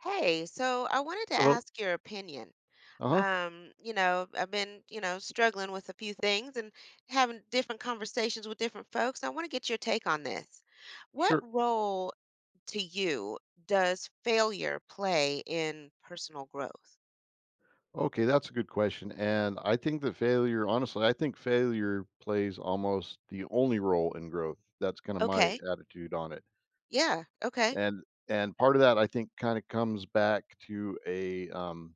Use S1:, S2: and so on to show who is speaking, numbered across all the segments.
S1: Hey, so I wanted to
S2: Hello.
S1: ask your opinion.
S2: Uh-huh.
S1: I've been, struggling with a few things and having different conversations with different folks. I want to get your take on this. What
S2: Sure.
S1: role to you does failure play in personal growth?
S2: Okay, that's a good question. And I think that failure, honestly, I think failure plays almost the only role in growth. That's kind of my
S1: Okay.
S2: attitude on it.
S1: Yeah. Okay.
S2: And and part of that I think kind of comes back to a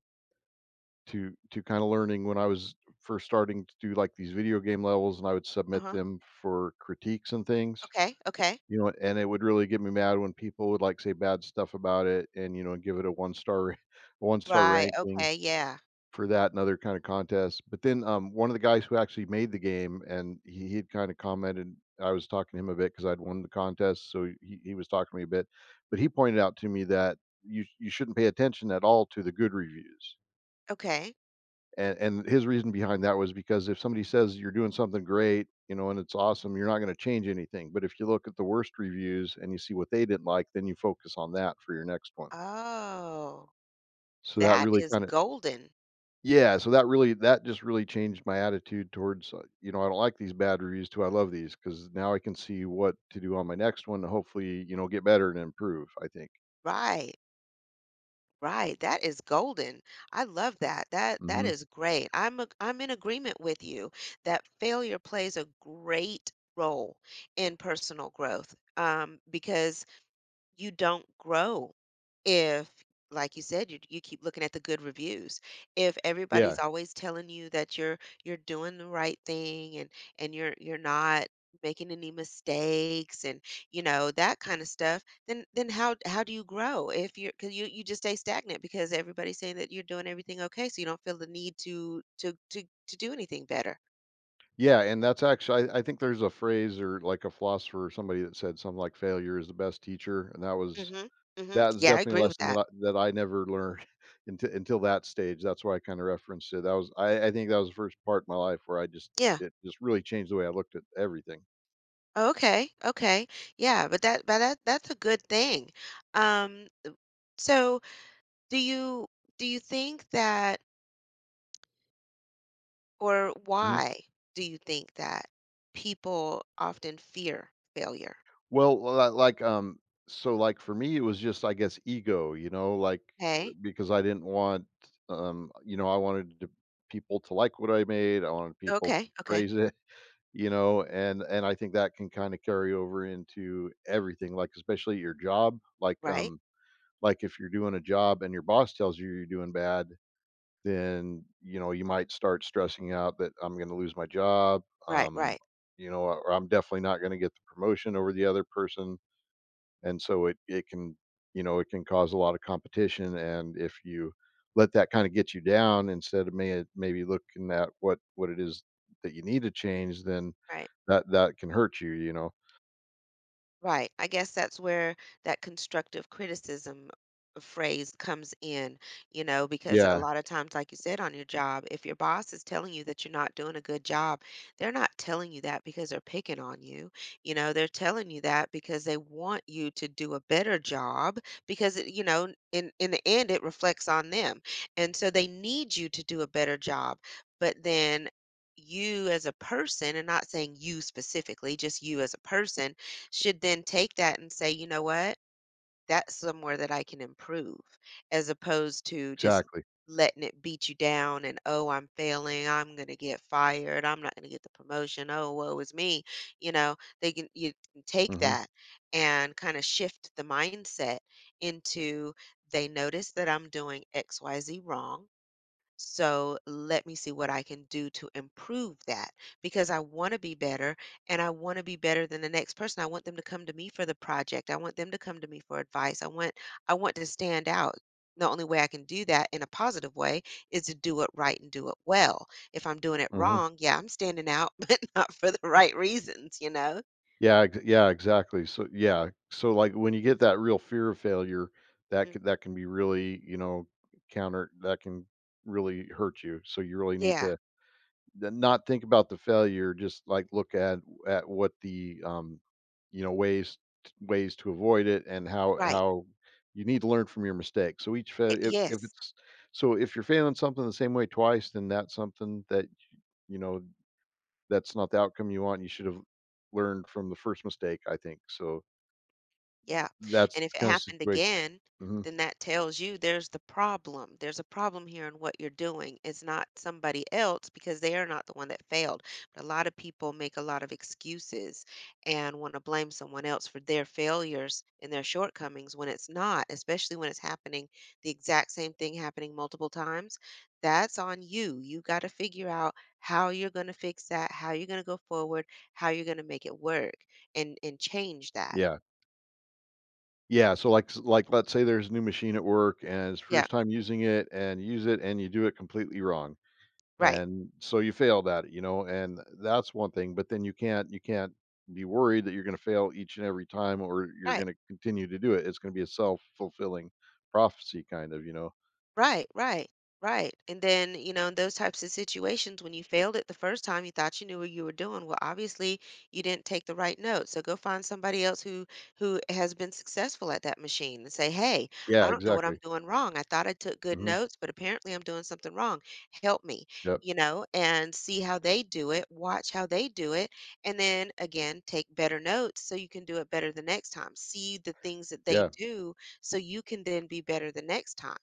S2: to kind of learning when I was first starting to do like these video game levels, and I would submit
S1: Uh-huh.
S2: them for critiques and things.
S1: Okay. Okay.
S2: You know, and it would really get me mad when people would like say bad stuff about it and give it a one star one star
S1: Right.
S2: ranking
S1: Okay. Yeah.
S2: for that and other kind of contests. But then, one of the guys who actually made the game, and he had kinda commented. I was talking to him a bit because 'cause I'd won the contest, so he was talking to me a bit, but he pointed out to me that you shouldn't pay attention at all to the good reviews,
S1: Okay.
S2: and his reason behind that was because if somebody says you're doing something great, you know, and it's awesome, you're not gonna change anything. But if you look at the worst reviews and you see what they didn't like, then you focus on that for your next one.
S1: Oh,
S2: So that
S1: that
S2: really
S1: is
S2: kinda.
S1: golden.
S2: Yeah, so that really, that just really changed my attitude towards, you know, I don't like these bad reviews too. I love these because now I can see what to do on my next one to hopefully, get better and improve, I think.
S1: Right. Right, that is golden. I love that. That
S2: Mhm.
S1: is great. I'm in agreement with you that failure plays a great role in personal growth. Because you don't grow if, like you said, you keep looking at the good reviews. If everybody's
S2: Yeah.
S1: always telling you that you're doing the right thing, and you're not making any mistakes, and you know, that kind of stuff, then how do you grow? If you're, because you just stay stagnant because everybody's saying that you're doing everything okay, so you don't feel the need to do anything better.
S2: Yeah, and that's actually, I think there's a phrase or like a philosopher or somebody that said something like failure is the best teacher, and that was
S1: Mm-hmm. Mm-hmm,
S2: that was
S1: yeah, I
S2: definitely a
S1: agree with
S2: lesson
S1: that.
S2: that I never learned until that stage. That's why I kinda referenced it. That was I think that was the first part of my life where I just,
S1: Yeah.
S2: it just really changed the way I looked at everything.
S1: Okay, okay. Yeah, but that that's a good thing. Um, so do you do you think that, or
S2: Mhm.
S1: why do you think that people often fear failure?
S2: Well, so, like, for me, it was just, I guess, ego, you know,
S1: Okay.
S2: because I didn't want, you know, I wanted to, people to like what I made. I wanted people
S1: Okay,
S2: to
S1: okay.
S2: praise it. You know, and I think that can kinda carry over into everything, like, especially your job,
S1: Right.
S2: like, if you're doing a job and your boss tells you you're doing bad, then, you know, you might start stressing out that I'm gonna lose my job.
S1: Right, right.
S2: You know, or I'm definitely not gonna get the promotion over the other person. And so it can, you know, it can cause a lot of competition, and if you let that kinda get you down instead of maybe looking at what it is that you need to change, then
S1: Right.
S2: that can hurt you, you know?
S1: Right. I guess that's where that constructive criticism phrase comes in. You know, because a
S2: Yeah,
S1: lot of times, like you said, on your job, if your boss is telling you that you're not doing a good job, they're not telling you that because they're picking on you. You know, they're telling you that because they want you to do a better job because, you know, in the end, it reflects on them. And so they need you to do a better job. But then, you as a person, and not saying you specifically, just you as a person, should then take that and say, you know what? That's somewhere that I can improve, as opposed to just
S2: exactly.
S1: letting it beat you down and, oh, I'm failing. I'm going to get fired. I'm not going to get the promotion. Oh, woe is me. You know, you can take
S2: Mhm,
S1: that and kind of shift the mindset into, they notice that I'm doing XYZ wrong, so let me see what I can do to improve that because I want to be better, and I want to be better than the next person. I want them to come to me for the project. I want them to come to me for advice. I want to stand out. The only way I can do that in a positive way is to do it right and do it well. If I'm doing it
S2: mhm.
S1: wrong, yeah, I'm standing out, but not for the right reasons, you know?
S2: Yeah, exactly. So yeah, so, like, when you get that real fear of failure, that
S1: Mm.
S2: could that can be really, you know, counter that can really hurt you, so you really need
S1: Yeah,
S2: to, then not think about the failure. Just, like, look at what the, you know, ways to avoid it and how
S1: right.
S2: how you need to learn from your mistakes. So each
S1: Y-
S2: fail if
S1: yes.
S2: it's so if you're failing something the same way twice, then that's something that, you know, that's not the outcome you want. You should have learned from the first mistake, I think. So
S1: Yeah,
S2: that's
S1: and if
S2: the
S1: it
S2: kind of
S1: happened
S2: situation.
S1: again,
S2: Mhm.
S1: then that tells you there's the problem. There's a problem here in what you're doing. It's not somebody else, because they are not the one that failed. But a lot of people make a lot of excuses and want to blame someone else for their failures and their shortcomings when it's not, especially when it's happening the exact same thing happening multiple times. That's on you. You got to figure out how you're going to fix that, how you're going to go forward, how you're going to make it work and change that.
S2: Yeah. Yeah, so, like, let's say there's a new machine at work and it's
S1: Yeah.
S2: first time using it, and you use it and you do it completely wrong.
S1: Right.
S2: And so you failed at it, you know, and that's one thing, but then you can't be worried that you're going to fail each and every time, or you're
S1: Right,
S2: going to continue to do it. It's going to be a self-fulfilling prophecy kind of, you know.
S1: right, right, right. And then, you know, in those types of situations, when you failed it the first time, you thought you knew what you were doing. Well, obviously, you didn't take the right note. So go find somebody else who has been successful at that machine and say, "Hey, I
S2: Yeah,
S1: don't know what I'm
S2: exactly.
S1: doing wrong. I thought I took good
S2: Hmm.
S1: notes, but apparently I'm doing something wrong. Help me."
S2: Yep.
S1: You know, and see how they do it, watch how they do it, and then again, take better notes so you can do it better the next time. See the things that they
S2: Yeah.
S1: do so you can then be better the next time.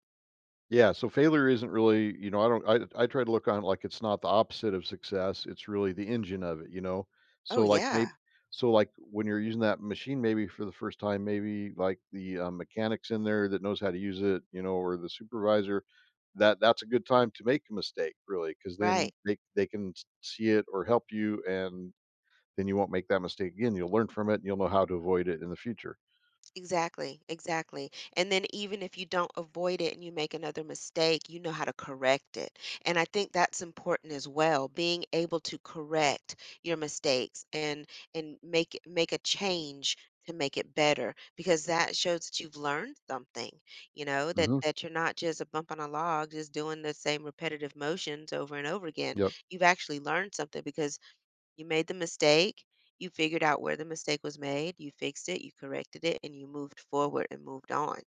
S2: Yeah, so failure isn't really, you know, I don't I try to look on it like it's not the opposite of success, it's really the engine of it, you know?
S1: Oh,
S2: So, like,
S1: yeah.
S2: maybe, so, like, when you're using that machine maybe for the first time, maybe, like, the, mechanics in there that knows how to use it, you know, or the supervisor, that's a good time to make a mistake, really, because
S1: Right.
S2: then they can s see it or help you, and then you won't make that mistake again, you'll learn from it, and you'll know how to avoid it in the future.
S1: Exactly. Exactly. And then even if you don't avoid it and you make another mistake, you know how to correct it. And I think that's important as well, being able to correct your mistakes and make make a change to make it better, because that shows that you've learned something, you know,
S2: Mhm,
S1: that you're not just a bump on a log just doing the same repetitive motions over and over again.
S2: yep.
S1: You've actually learned something because you made the mistake, you figured out where the mistake was made, you fixed it, you corrected it, and you moved forward and moved on.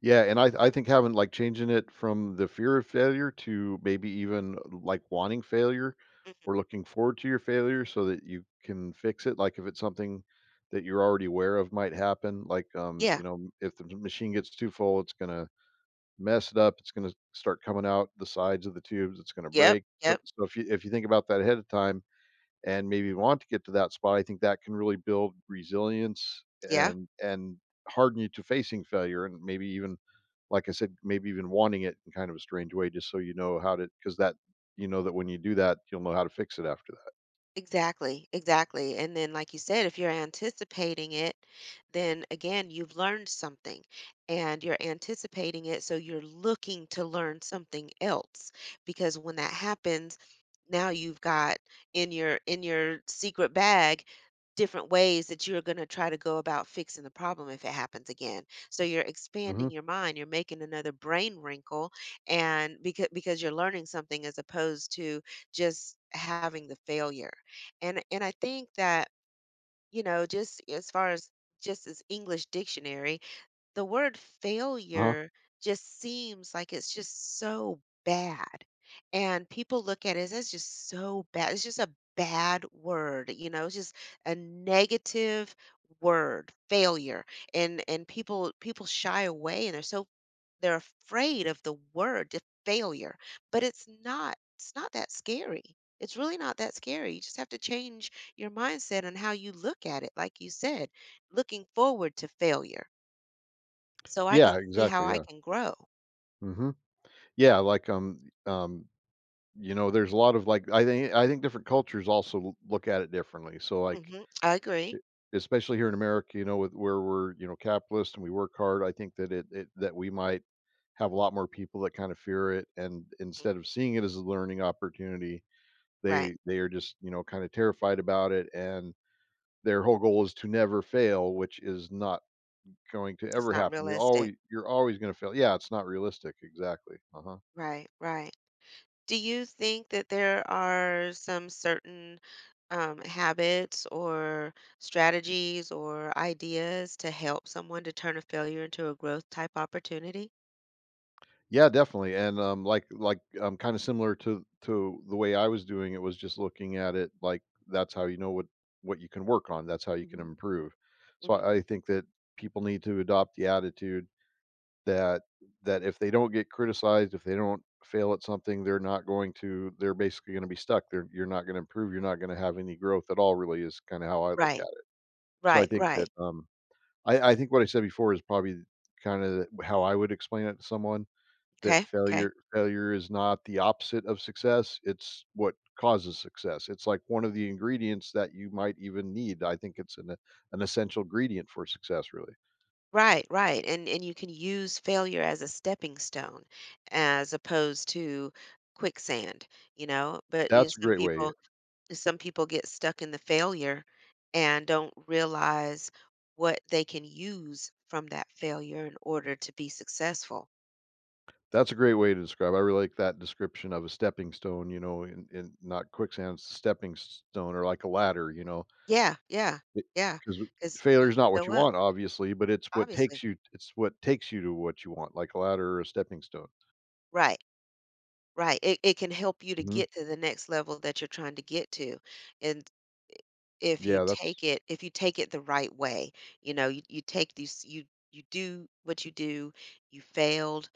S2: Yeah, and I think having, like, changing it from the fear of failure to maybe even, like, wanting failure
S1: Mhm.
S2: or looking forward to your failure so that you can fix it, like, if it's something that you're already aware of might happen, like,
S1: Yeah.
S2: you know, if the machine gets too full, it's gonna mess it up, it's gonna start coming out the sides of the tubes, it's gonna
S1: Yep.
S2: break. So
S1: Yep.
S2: so if you think about that ahead of time and maybe want to get to that spot, I think that can really build resilience
S1: Yeah.
S2: and harden you to facing failure, and maybe even like I said, maybe even wanting it in kind of a strange way, just so you know how to, because that, you know, that when you do that, you'll know how to fix it after that.
S1: Exactly, exactly. And then, like you said, if you're anticipating it, then again, you've learned something and you're anticipating it. So you're looking to learn something else because when that happens, now you've got in your secret bag different ways that you're going to try to go about fixing the problem if it happens again. So you're expanding
S2: Mhm.
S1: your mind, you're making another brain wrinkle, and because you're learning something as opposed to just having the failure. And I think that, you know, just as far as, just as English dictionary, the word
S2: Uh-huh.
S1: failure just seems like it's just so bad. And people look at it as that's just so bad. It's just a bad word, you know, it's just a negative word, failure. And people shy away and they're so, they're afraid of the failure. But it's not that scary. It's really not that scary. You just have to change your mindset and how you look at it. Like you said, looking forward to failure so I
S2: Yeah,
S1: can see how
S2: exactly,
S1: I
S2: yeah.
S1: can grow.
S2: Mhm. Yeah, like, you know, there's a lot of, like, I think different cultures also l look at it differently. So, like,
S1: Mhm. I
S2: e
S1: agree.
S2: especially here in America, you know, with where we're, you know, capitalist and we work hard, I think that it that we might have a lot more people that kind of fear it, and instead of seeing it as a learning opportunity,
S1: Right.
S2: they are just, you know, kinda terrified about it. And their whole goal is to never fail, which is not going to
S1: It's
S2: ever
S1: not
S2: happen. You're
S1: realistic.
S2: always you're always gonna fail. Yeah, it's not realistic. Exactly. Uh-huh.
S1: Right, right. Do you think that there are some certain habits or strategies or ideas to help someone to turn a failure into a growth type opportunity?
S2: Yeah, definitely. And, like, kinda similar to the way I was doing it, was just looking at it like that's how you know what you can work on. That's how you can
S1: Hmm.
S2: improve. So
S1: Hmm.
S2: I think that people need to adopt the attitude that if they don't get criticized, if they don't fail at something, they're not going to, they're basically gonna be stuck. They're You're not gonna improve, you're not gonna have any growth at all really, is kinda how I look
S1: Right,
S2: at it. So I
S1: right,
S2: think
S1: right.
S2: that, I think what I said before is probably kinda how I would explain it to someone, that
S1: Okay, okay.
S2: failure is not the opposite of success, it's what causes success. It's like one of the ingredients that you might even need. I think it's an essential ingredient for success, really.
S1: Right, right. And you can use failure as a stepping stone as opposed to quicksand. You know, but you know,
S2: That's a great way.
S1: some people get stuck in the failure and don't realize what they can use from that failure in order to be successful.
S2: That's a great way to describe, I really like that description of a stepping stone, you know, in not quicksand, it's a stepping stone or like a ladder, you know,
S1: Yeah, yeah, yeah.
S2: because
S1: Because
S2: failure
S1: you
S2: is not
S1: can
S2: what
S1: go
S2: you
S1: up,
S2: want, obviously, but
S1: obviously.
S2: it's what takes you to what you want, like a ladder or a stepping stone.
S1: Right, right. It can help you to
S2: Mhm.
S1: get to the next level that you're trying to get to. And
S2: Yeah, that's,
S1: if you take it the right way, you know, you do what you do, you failed,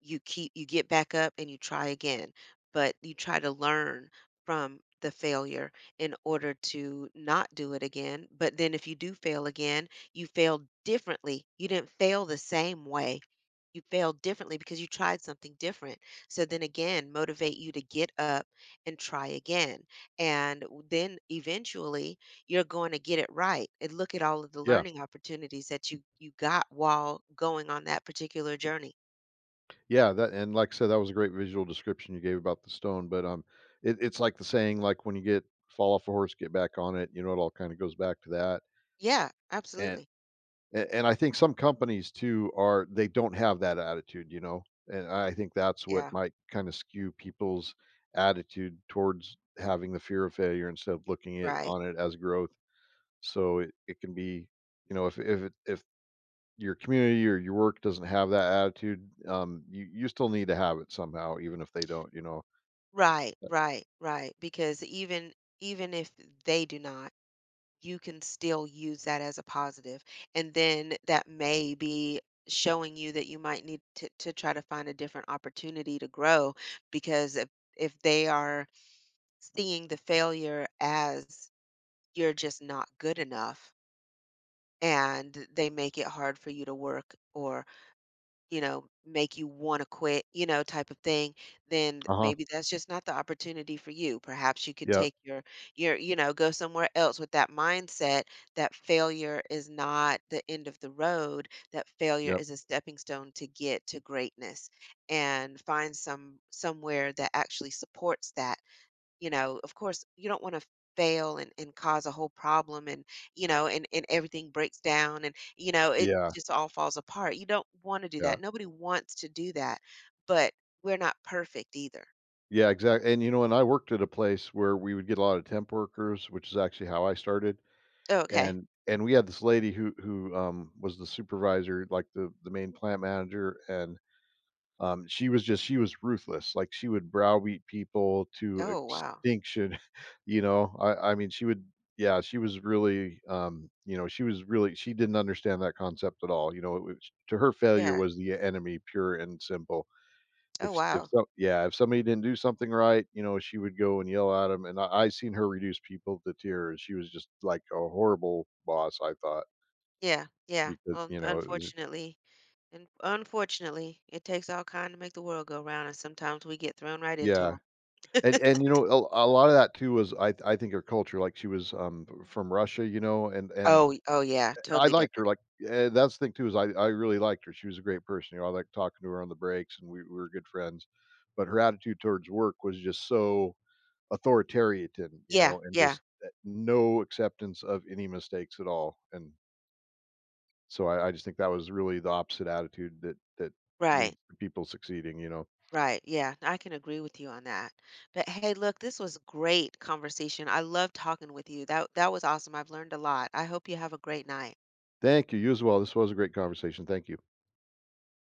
S1: you get back up and you try again, but you try to learn from the failure in order to not do it again. But then if you do fail again, you failed differently, you didn't fail the same way, you failed differently because you tried something different, so then again motivate you to get up and try again, and then eventually you're going to get it right, and look at all of the
S2: yeah,
S1: learning opportunities that you got while going on that particular journey.
S2: yeah, that, and like I said, that was a great visual description you gave about the stone, but, it it's like the saying, like, when you get fall off a horse, get back on it, you know, it all kinda goes back to that.
S1: Yeah,
S2: And
S1: absolutely.
S2: A- and I think some companies too are, they don't have that attitude, you know, and I think that's what
S1: Yeah,
S2: might kind of skew people's attitude towards having the fear of failure instead of looking at
S1: right.
S2: on it as growth. So it can be, you know, if your community or your work doesn't have that attitude, you still need to have it somehow, even if they don't, you know.
S1: Right, right, right. Because even if they do not, you can still use that as a positive. And then that may be showing you that you might need to try to find a different opportunity to grow because if they are seeing the failure as you're just not good enough and they make it hard for you to work, or you know, make you wanna quit, you know, type of thing, then
S2: Uh
S1: maybe
S2: huh.
S1: that's just not the opportunity for you. Perhaps you could
S2: Yep.
S1: take your you know, go somewhere else with that mindset, that failure is not the end of the road, that failure
S2: Yep.
S1: is a stepping stone to get to greatness, and find some somewhere that actually supports that. You know, of course, you don't want to fail and cause a whole problem, and you know, and everything breaks down, and you know, it
S2: Yeah.
S1: just all falls apart. You don't want to do
S2: Yeah.
S1: that. Nobody wants to do that, but we're not perfect either.
S2: Yeah, exactly, and, you know, and I worked at a place where we would get a lot of temp workers, which is actually how I started.
S1: Oh, okay.
S2: And we had this lady who was the supervisor, like, the main plant manager, and, she was just, she was ruthless, like, she would browbeat people to
S1: Oh, wow.
S2: extinction. You know? I mean, she would, yeah, she was really, you know, she was really, she didn't understand that concept at all, you know? It was, to her, failure
S1: Yeah.
S2: was the enemy, pure and simple.
S1: Oh,
S2: If
S1: wow.
S2: so Yeah, if somebody didn't do something right, you know, she would go and yell at him. And I seen her reduce people to tears. She was just like a horrible boss, I thought,
S1: Yeah. Yeah.
S2: because,
S1: Well, un-
S2: you know, it was,
S1: unfortunately, and unfortunately, it takes all kind to make the world go round, and sometimes we get thrown right
S2: yeah.
S1: into them.
S2: And, you know, a lot of that too was I think her culture, like, she was, from Russia, you know, and
S1: Oh, oh yeah,
S2: I
S1: totally
S2: liked her,
S1: different.
S2: like, eh, that's the thing too, is I really liked her. She was a great person, you know, I liked talking to her on the breaks, and we were good friends, but her attitude towards work was just so authoritarian, you
S1: Yeah,
S2: know, and
S1: yeah,
S2: just no acceptance of any mistakes at all. And so I just think that was really the opposite attitude that
S1: right.
S2: leads to people succeeding, you know.
S1: Right. Yeah, I can agree with you on that. But hey, look, this was great conversation. I love talking with you. That that was awesome. I've learned a lot. I hope you have a great night.
S2: Thank you. You as well. This was a great conversation. Thank you.